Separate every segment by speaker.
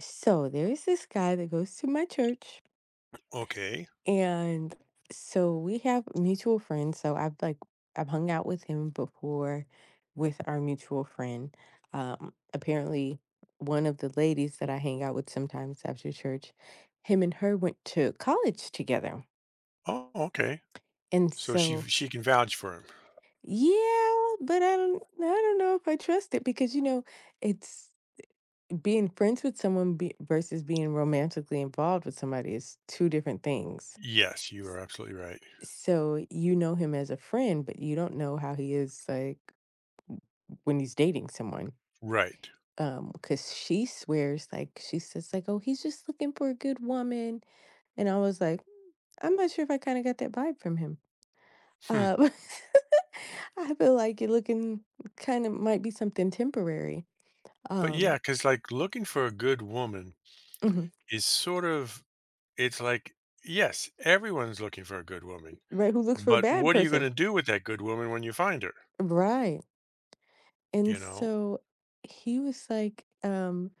Speaker 1: So there's this guy that goes to my church,
Speaker 2: Okay.
Speaker 1: and so we have mutual friends. So I've hung out with him before with our mutual friend. Apparently one of the ladies that I hang out with sometimes after church, him and her went to college together.
Speaker 2: Oh, okay.
Speaker 1: And
Speaker 2: So she
Speaker 1: so
Speaker 2: she can vouch for him.
Speaker 1: yeah, but I don't know if I trust it, because it's being friends with someone versus being romantically involved with somebody is two different things.
Speaker 2: Yes, you are absolutely right.
Speaker 1: So you know him as a friend, but you don't know how he is like when he's dating someone.
Speaker 2: Right.
Speaker 1: Because she swears, like she says, like, "Oh, he's just looking for a good woman," and I was like, "Mm, I'm not sure if I kind of got that vibe from him."
Speaker 2: Hmm.
Speaker 1: Uh, I feel like you're looking kind of might be something temporary.
Speaker 2: But yeah,
Speaker 1: Um,
Speaker 2: because like looking for a good woman
Speaker 1: mhm.
Speaker 2: is sort of, it's like yes, everyone's looking for a good woman,
Speaker 1: Right? Who looks for a
Speaker 2: but
Speaker 1: bad
Speaker 2: what are you going
Speaker 1: person?
Speaker 2: to do with that good woman when you find her?
Speaker 1: Right. And
Speaker 2: You know.
Speaker 1: so he was like,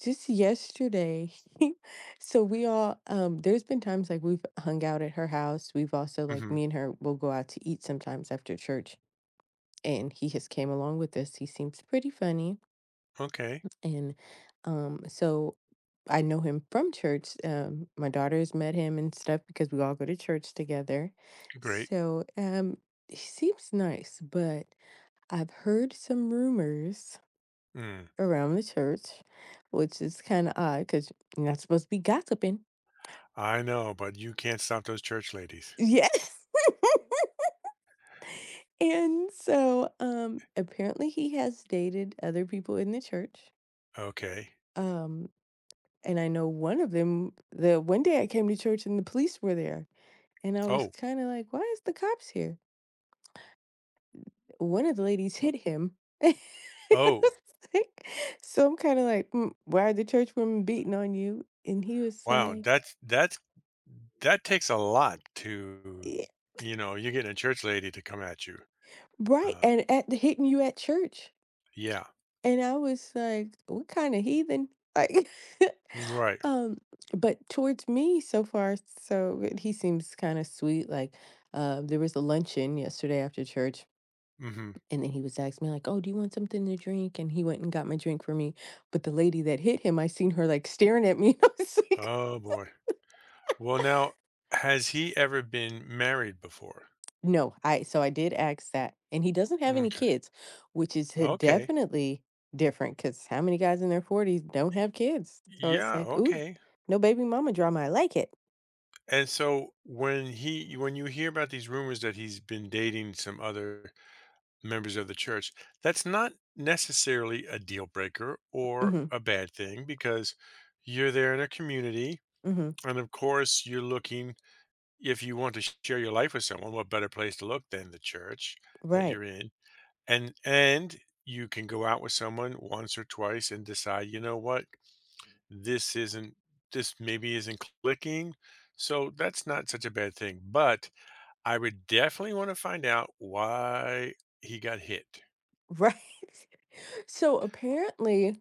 Speaker 1: just yesterday. So we all there's been times like we've hung out at her house. We've also, like,
Speaker 2: Hmm.
Speaker 1: me and her will go out to eat sometimes after church. And he has came along with us. He seems pretty funny.
Speaker 2: Okay.
Speaker 1: And so I know him from church. My daughter's met him and stuff because we all go to church together.
Speaker 2: Great.
Speaker 1: So he seems nice, but I've heard some rumors
Speaker 2: Mm.
Speaker 1: around the church, which is kinda odd because you're not supposed to be gossiping.
Speaker 2: I know, but you can't stop those church ladies.
Speaker 1: Yes. And so, apparently he has dated other people in the church,
Speaker 2: Okay.
Speaker 1: um, and I know one of them. The one day I came to church and the police were there, and I was
Speaker 2: Oh.
Speaker 1: kinda like, "Why is the cops here?" One of the ladies hit him. I
Speaker 2: Oh.
Speaker 1: was like So I'm kinda like, "Mm, why are the church women beating on you?" And he was
Speaker 2: Wow.
Speaker 1: like,
Speaker 2: That takes a lot to,
Speaker 1: "Yeah."
Speaker 2: you know, you're getting a church lady to come at you.
Speaker 1: Right,
Speaker 2: Um,
Speaker 1: and at hitting you at church.
Speaker 2: yeah,
Speaker 1: And I was like, "What kind of heathen?" Like,
Speaker 2: right.
Speaker 1: um, but towards me, so far, so good. He seems kind of sweet. Like, there was a luncheon yesterday after church,
Speaker 2: Mhm.
Speaker 1: and then he was asking me, like, "Oh, do you want something to drink?" And he went and got my drink for me. But the lady that hit him, I seen her like staring at me. I was like,
Speaker 2: Oh, boy. Well, now, has he ever been married before?
Speaker 1: No, I so I did ask that, and he doesn't have any
Speaker 2: Okay.
Speaker 1: kids, which is h
Speaker 2: Okay.
Speaker 1: definitely. 'Cause how many guys in their 40s don't have kids?
Speaker 2: Y
Speaker 1: So it's
Speaker 2: Yeah,
Speaker 1: like, "Ooh,
Speaker 2: okay.
Speaker 1: no baby mama drama, I like it."
Speaker 2: And so when you hear about these rumors that he's been dating some other members of the church, that's not necessarily a deal breaker or
Speaker 1: Mhm.
Speaker 2: a bad thing because you're there in a community,
Speaker 1: Mhm.
Speaker 2: and, of course, you're looking, if you want to share your life with someone, what better place to look than the church that
Speaker 1: Right.
Speaker 2: you're in? And you can go out with someone once or twice and decide, you know what, this isn't this maybe isn't clicking. So that's not such a bad thing. But I would definitely want to find out why he got hit.
Speaker 1: Right. So apparently,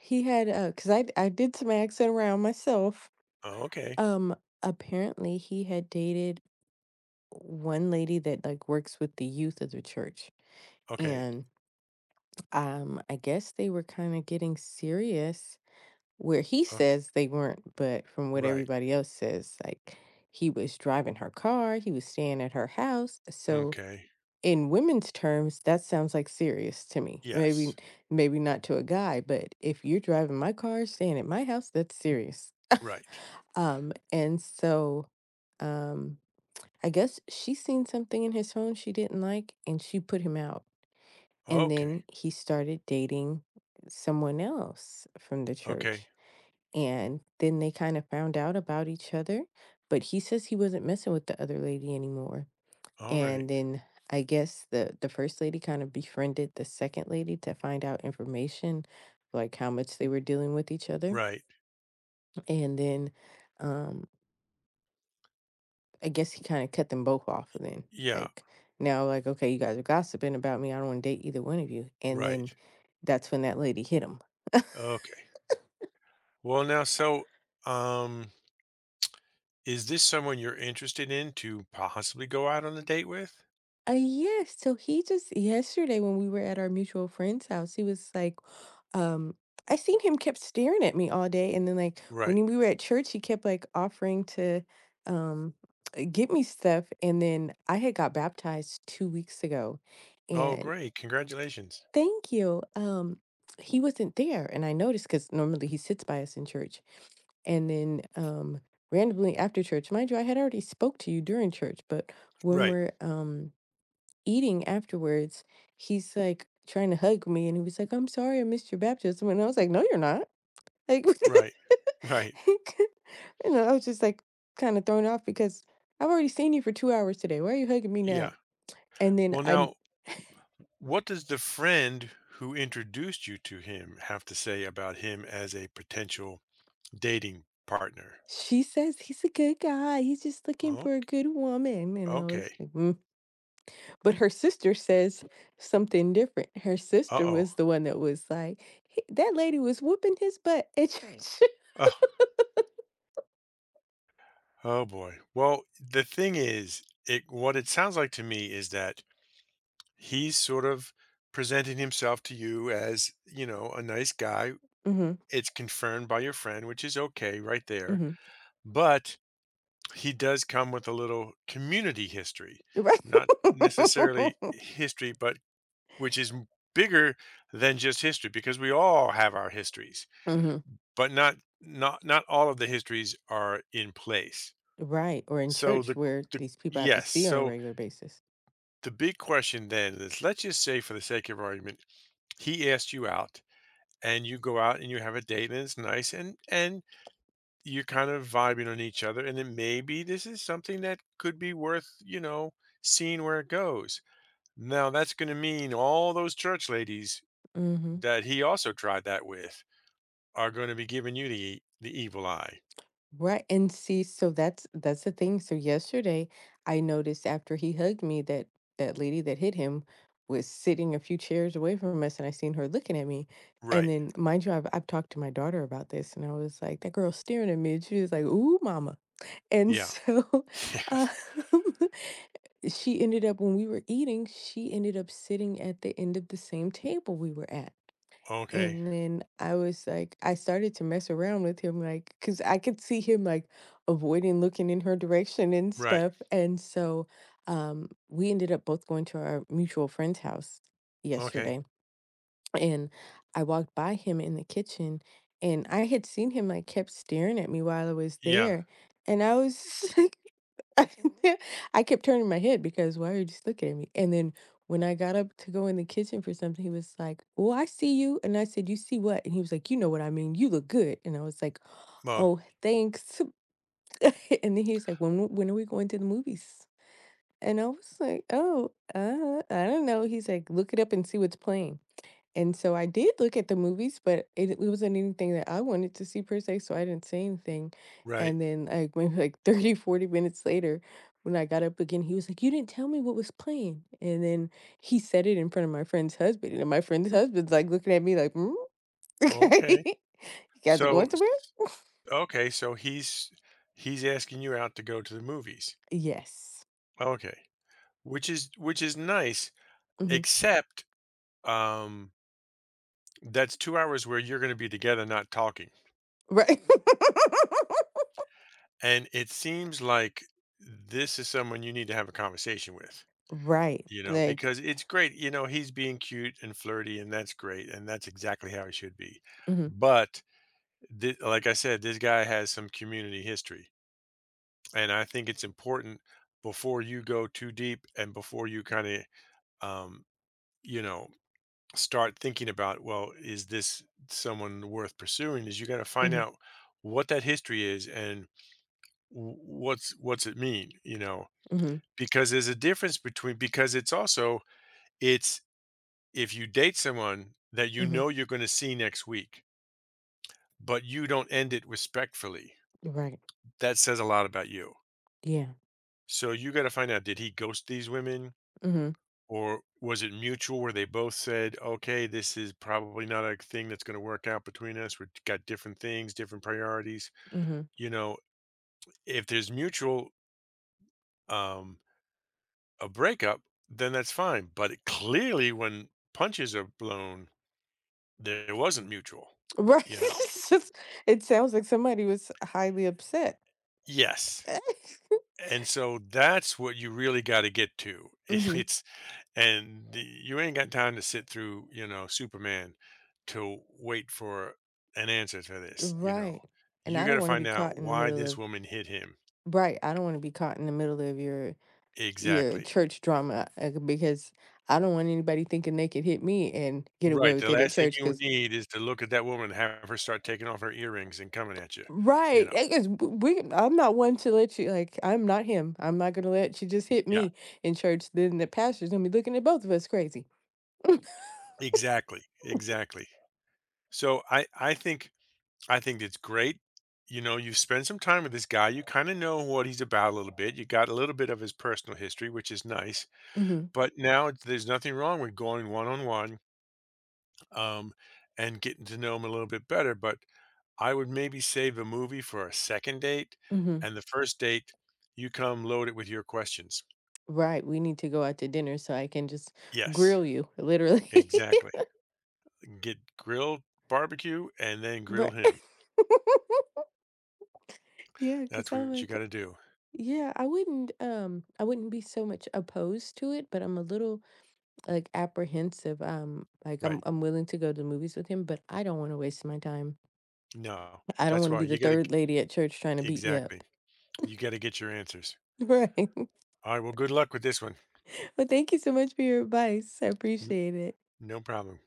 Speaker 1: he had, because I did some asking around myself,
Speaker 2: Oh, okay.
Speaker 1: um, apparently he had dated one lady that, like, works with the youth of the church,
Speaker 2: Okay.
Speaker 1: and, I guess they were kinda getting serious. Where he says
Speaker 2: Okay.
Speaker 1: they weren't, but from what
Speaker 2: Right.
Speaker 1: everybody else says, like, he was driving her car, he was staying at her house, so
Speaker 2: Okay.
Speaker 1: in women's terms, that sounds, like, serious to me. Maybe
Speaker 2: Yes.
Speaker 1: maybe not to a guy, but if you're driving my car, staying at my house, that's serious.
Speaker 2: Right.
Speaker 1: And so, um, I guess she seen something in his phone she didn't like, and she put him out, and then
Speaker 2: Okay.
Speaker 1: he started dating someone else from the
Speaker 2: Okay.
Speaker 1: church. And then they kind of found out about each other, but he says he wasn't messing with the other lady anymore.
Speaker 2: All
Speaker 1: And
Speaker 2: right.
Speaker 1: then I guess the first lady kind of befriended the second lady to find out information, like how much they were dealing with each other.
Speaker 2: Right.
Speaker 1: And then um I guess he kind of cut them both off, and then,
Speaker 2: Yeah.
Speaker 1: like, now, like, okay, you guys are gossiping about me, I don't want to date either one of you. And then
Speaker 2: Right.
Speaker 1: that's when that lady hit him.
Speaker 2: Okay. Well, now, so, um, is this someone you're interested in to possibly go out on a date with?
Speaker 1: Yes. So he just yesterday, when we were at our mutual friend's house, he was like, um, I seen him kept staring at me all day, and then, like,
Speaker 2: Right.
Speaker 1: when we were at church, he kept, like, offering to, um, get me stuff, and then I had got baptized 2 weeks ago,
Speaker 2: Oh,
Speaker 1: and
Speaker 2: great. Congratulations.
Speaker 1: thank you. He wasn't there, and I noticed because normally he sits by us in church, and then randomly after church, mind you, I had already spoke to you during church, but when
Speaker 2: Right.
Speaker 1: we're eating afterwards, he's, like, trying to hug me, and he was like, "I'm sorry I missed your baptism," and I was like, "No, you're not." Like, like,
Speaker 2: Right. Right.
Speaker 1: you know, I was just, like, kinda thrown off because I've already seen you for 2 hours today, why are you hugging me
Speaker 2: Yeah.
Speaker 1: now? And then
Speaker 2: Well,
Speaker 1: I
Speaker 2: now, what does the friend who introduced you to him have to say about him as a potential dating partner?
Speaker 1: she says, "He's a good guy, he's just looking
Speaker 2: Oh,
Speaker 1: for a good woman," and I was
Speaker 2: okay.
Speaker 1: like, "Mm," but her sister says something different. Her sister
Speaker 2: Uh-oh.
Speaker 1: was the one that was like, "He that lady was whooping his butt at church."
Speaker 2: Oh, oh boy. Well, the thing is, it what it sounds like to me is that he's sort of presenting himself to you as, you know, a nice guy.
Speaker 1: Mhm.
Speaker 2: It's confirmed by your friend, which is okay right there.
Speaker 1: Mhm.
Speaker 2: But he does come with a little community history,
Speaker 1: Right.
Speaker 2: not necessarily history, but which is bigger than just history because we all have our histories,
Speaker 1: Mhm.
Speaker 2: but not all of the histories are in place.
Speaker 1: Right, or in
Speaker 2: So
Speaker 1: church where
Speaker 2: the
Speaker 1: these people have to
Speaker 2: yes,
Speaker 1: see on a
Speaker 2: so
Speaker 1: regular basis.
Speaker 2: the big question then is, let's just say for the sake of argument, he asked you out and you go out and you have a date and it's nice and you're kind of vibing on each other, and then maybe this is something that could be worth, you know, seeing where it goes. Now that's going to mean all those church ladies
Speaker 1: Mhm.
Speaker 2: that he also tried that with are going to be giving you the evil eye.
Speaker 1: Right, and see, so that's the thing. So yesterday, I noticed after he hugged me that that lady that hit him was sitting a few chairs away from us, and I seen her looking at me. And
Speaker 2: Right.
Speaker 1: then, mind you, I've talked to my daughter about this, and I was like, "That girl's staring at me." And she was like, "Ooh, mama." And
Speaker 2: Yeah.
Speaker 1: so,
Speaker 2: yeah.
Speaker 1: um, she ended up, when we were eating, she ended up sitting at the end of the same table we were at.
Speaker 2: Okay.
Speaker 1: And then I was like, I started to mess around with him, like, because I could see him like avoiding looking in her direction and
Speaker 2: Right.
Speaker 1: stuff. And so we ended up both going to our mutual friend's house
Speaker 2: Okay.
Speaker 1: yesterday. And I walked by him in the kitchen, and I had seen him, like, kept staring at me while I was
Speaker 2: Yeah.
Speaker 1: there. And I was I kept turning my head, because why are you just looking at me? And then when I got up to go in the kitchen for something, he was like, Well, I see you. And I said, You see what? And he was like, You know what I mean. You look good. And I was like,
Speaker 2: Well.
Speaker 1: Oh, thanks. And then he was like, When are we going to the movies? And I was like, Oh, I don't know. He's like, Look it up and see what's playing. And so I did look at the movies, but it wasn't anything that I wanted to see per se, so I didn't say anything.
Speaker 2: Right.
Speaker 1: And then, like, maybe like 30, 40 minutes later, when I got up again, he was like, "You didn't tell me what was playing." And then he said it in front of my friend's husband, and my friend's husband's like looking at me like, "Mm, Okay,
Speaker 2: Okay.
Speaker 1: you guys are going
Speaker 2: So
Speaker 1: somewhere?"
Speaker 2: okay, so he's asking you out to go to the movies.
Speaker 1: Yes.
Speaker 2: Okay. Which is, which is nice,
Speaker 1: Hmm.
Speaker 2: except, um, that's 2 hours where you're gonna be together not talking,
Speaker 1: Right.
Speaker 2: and it seems like this is someone you need to have a conversation with,
Speaker 1: Right.
Speaker 2: you know,
Speaker 1: Like.
Speaker 2: because it's great, you know, he's being cute and flirty, and that's great, and that's exactly how he should be,
Speaker 1: Hmm.
Speaker 2: but the like I said, this guy has some community history, and I think it's important before you go too deep and before you kinda, um, you know, start thinking about, well, is this someone worth pursuing, is you got to find
Speaker 1: Hmm.
Speaker 2: out what that history is and what's it mean, you know,
Speaker 1: Hmm.
Speaker 2: because there's a difference between, because it's also, it's, if you date someone that you
Speaker 1: Hmm.
Speaker 2: know you're going to see next week but you don't end it respectfully,
Speaker 1: Right.
Speaker 2: that says a lot about you.
Speaker 1: Yeah.
Speaker 2: So you got to find out, did he ghost these women?
Speaker 1: Hmm.
Speaker 2: Or was it mutual where they both said, okay, this is probably not a thing that's going to work out between us. We've got different things, different priorities.
Speaker 1: Hmm.
Speaker 2: You know, if there's mutual, um, a breakup, then that's fine. But, it, clearly, when punches are blown, there wasn't mutual,
Speaker 1: Right.
Speaker 2: you know.
Speaker 1: It's just, it sounds like somebody was highly upset.
Speaker 2: Yes. And so that's what you really got to get to.
Speaker 1: Hmm.
Speaker 2: It's and you ain't got time to sit through, you know, Superman to wait for an answer to this, you know.
Speaker 1: Right. And
Speaker 2: You
Speaker 1: I
Speaker 2: got
Speaker 1: don't
Speaker 2: to
Speaker 1: want to be
Speaker 2: find out
Speaker 1: caught in the
Speaker 2: why
Speaker 1: middle
Speaker 2: this
Speaker 1: of
Speaker 2: woman hit him.
Speaker 1: right. I don't want to be caught in the middle of your
Speaker 2: Exactly.
Speaker 1: church drama, because I don't want anybody thinking they could hit me and get away
Speaker 2: Right,
Speaker 1: with
Speaker 2: the
Speaker 1: it at
Speaker 2: last thing
Speaker 1: church.
Speaker 2: you
Speaker 1: Because
Speaker 2: need is to look at that woman and have her start taking off her earrings and coming at you, you
Speaker 1: right,
Speaker 2: know.
Speaker 1: because I'm not one to let you like. I'm not him. I'm not gonna let you just hit
Speaker 2: Yeah.
Speaker 1: me in church. Then the pastor's gonna be looking at both of us crazy.
Speaker 2: Exactly, exactly. So I think it's great. You know, you spend some time with this guy, you kind of know what he's about a little bit, you got a little bit of his personal history, which is nice.
Speaker 1: Mhm.
Speaker 2: But now, it's there's nothing wrong with going one-on-one, um, and getting to know 'em a little bit better, but I would maybe save a movie for a second date,
Speaker 1: Mhm.
Speaker 2: and the first date, you come load it with your questions.
Speaker 1: Right, we need to go out to dinner so I can just
Speaker 2: Yes,
Speaker 1: grill you, literally.
Speaker 2: exactly. Get grilled barbecue and then grill
Speaker 1: Right.
Speaker 2: him.
Speaker 1: Yeah, because
Speaker 2: That's
Speaker 1: 'cause I'm
Speaker 2: what you
Speaker 1: like
Speaker 2: gotta do.
Speaker 1: yeah, I wouldn't be so much opposed to it, but I'm a little, like, apprehensive, like, I'm
Speaker 2: Right.
Speaker 1: I'm willing to go to the movies with him, but I don't wanna waste my time.
Speaker 2: No.
Speaker 1: I don't want
Speaker 2: That's
Speaker 1: to
Speaker 2: why
Speaker 1: be the
Speaker 2: you gotta,
Speaker 1: third lady at church trying to beat you up.
Speaker 2: exactly. You gotta get your answers.
Speaker 1: Right.
Speaker 2: Alright, well, good luck with this one.
Speaker 1: Well, thank you so much for your advice. I
Speaker 2: N
Speaker 1: appreciate it.
Speaker 2: No problem.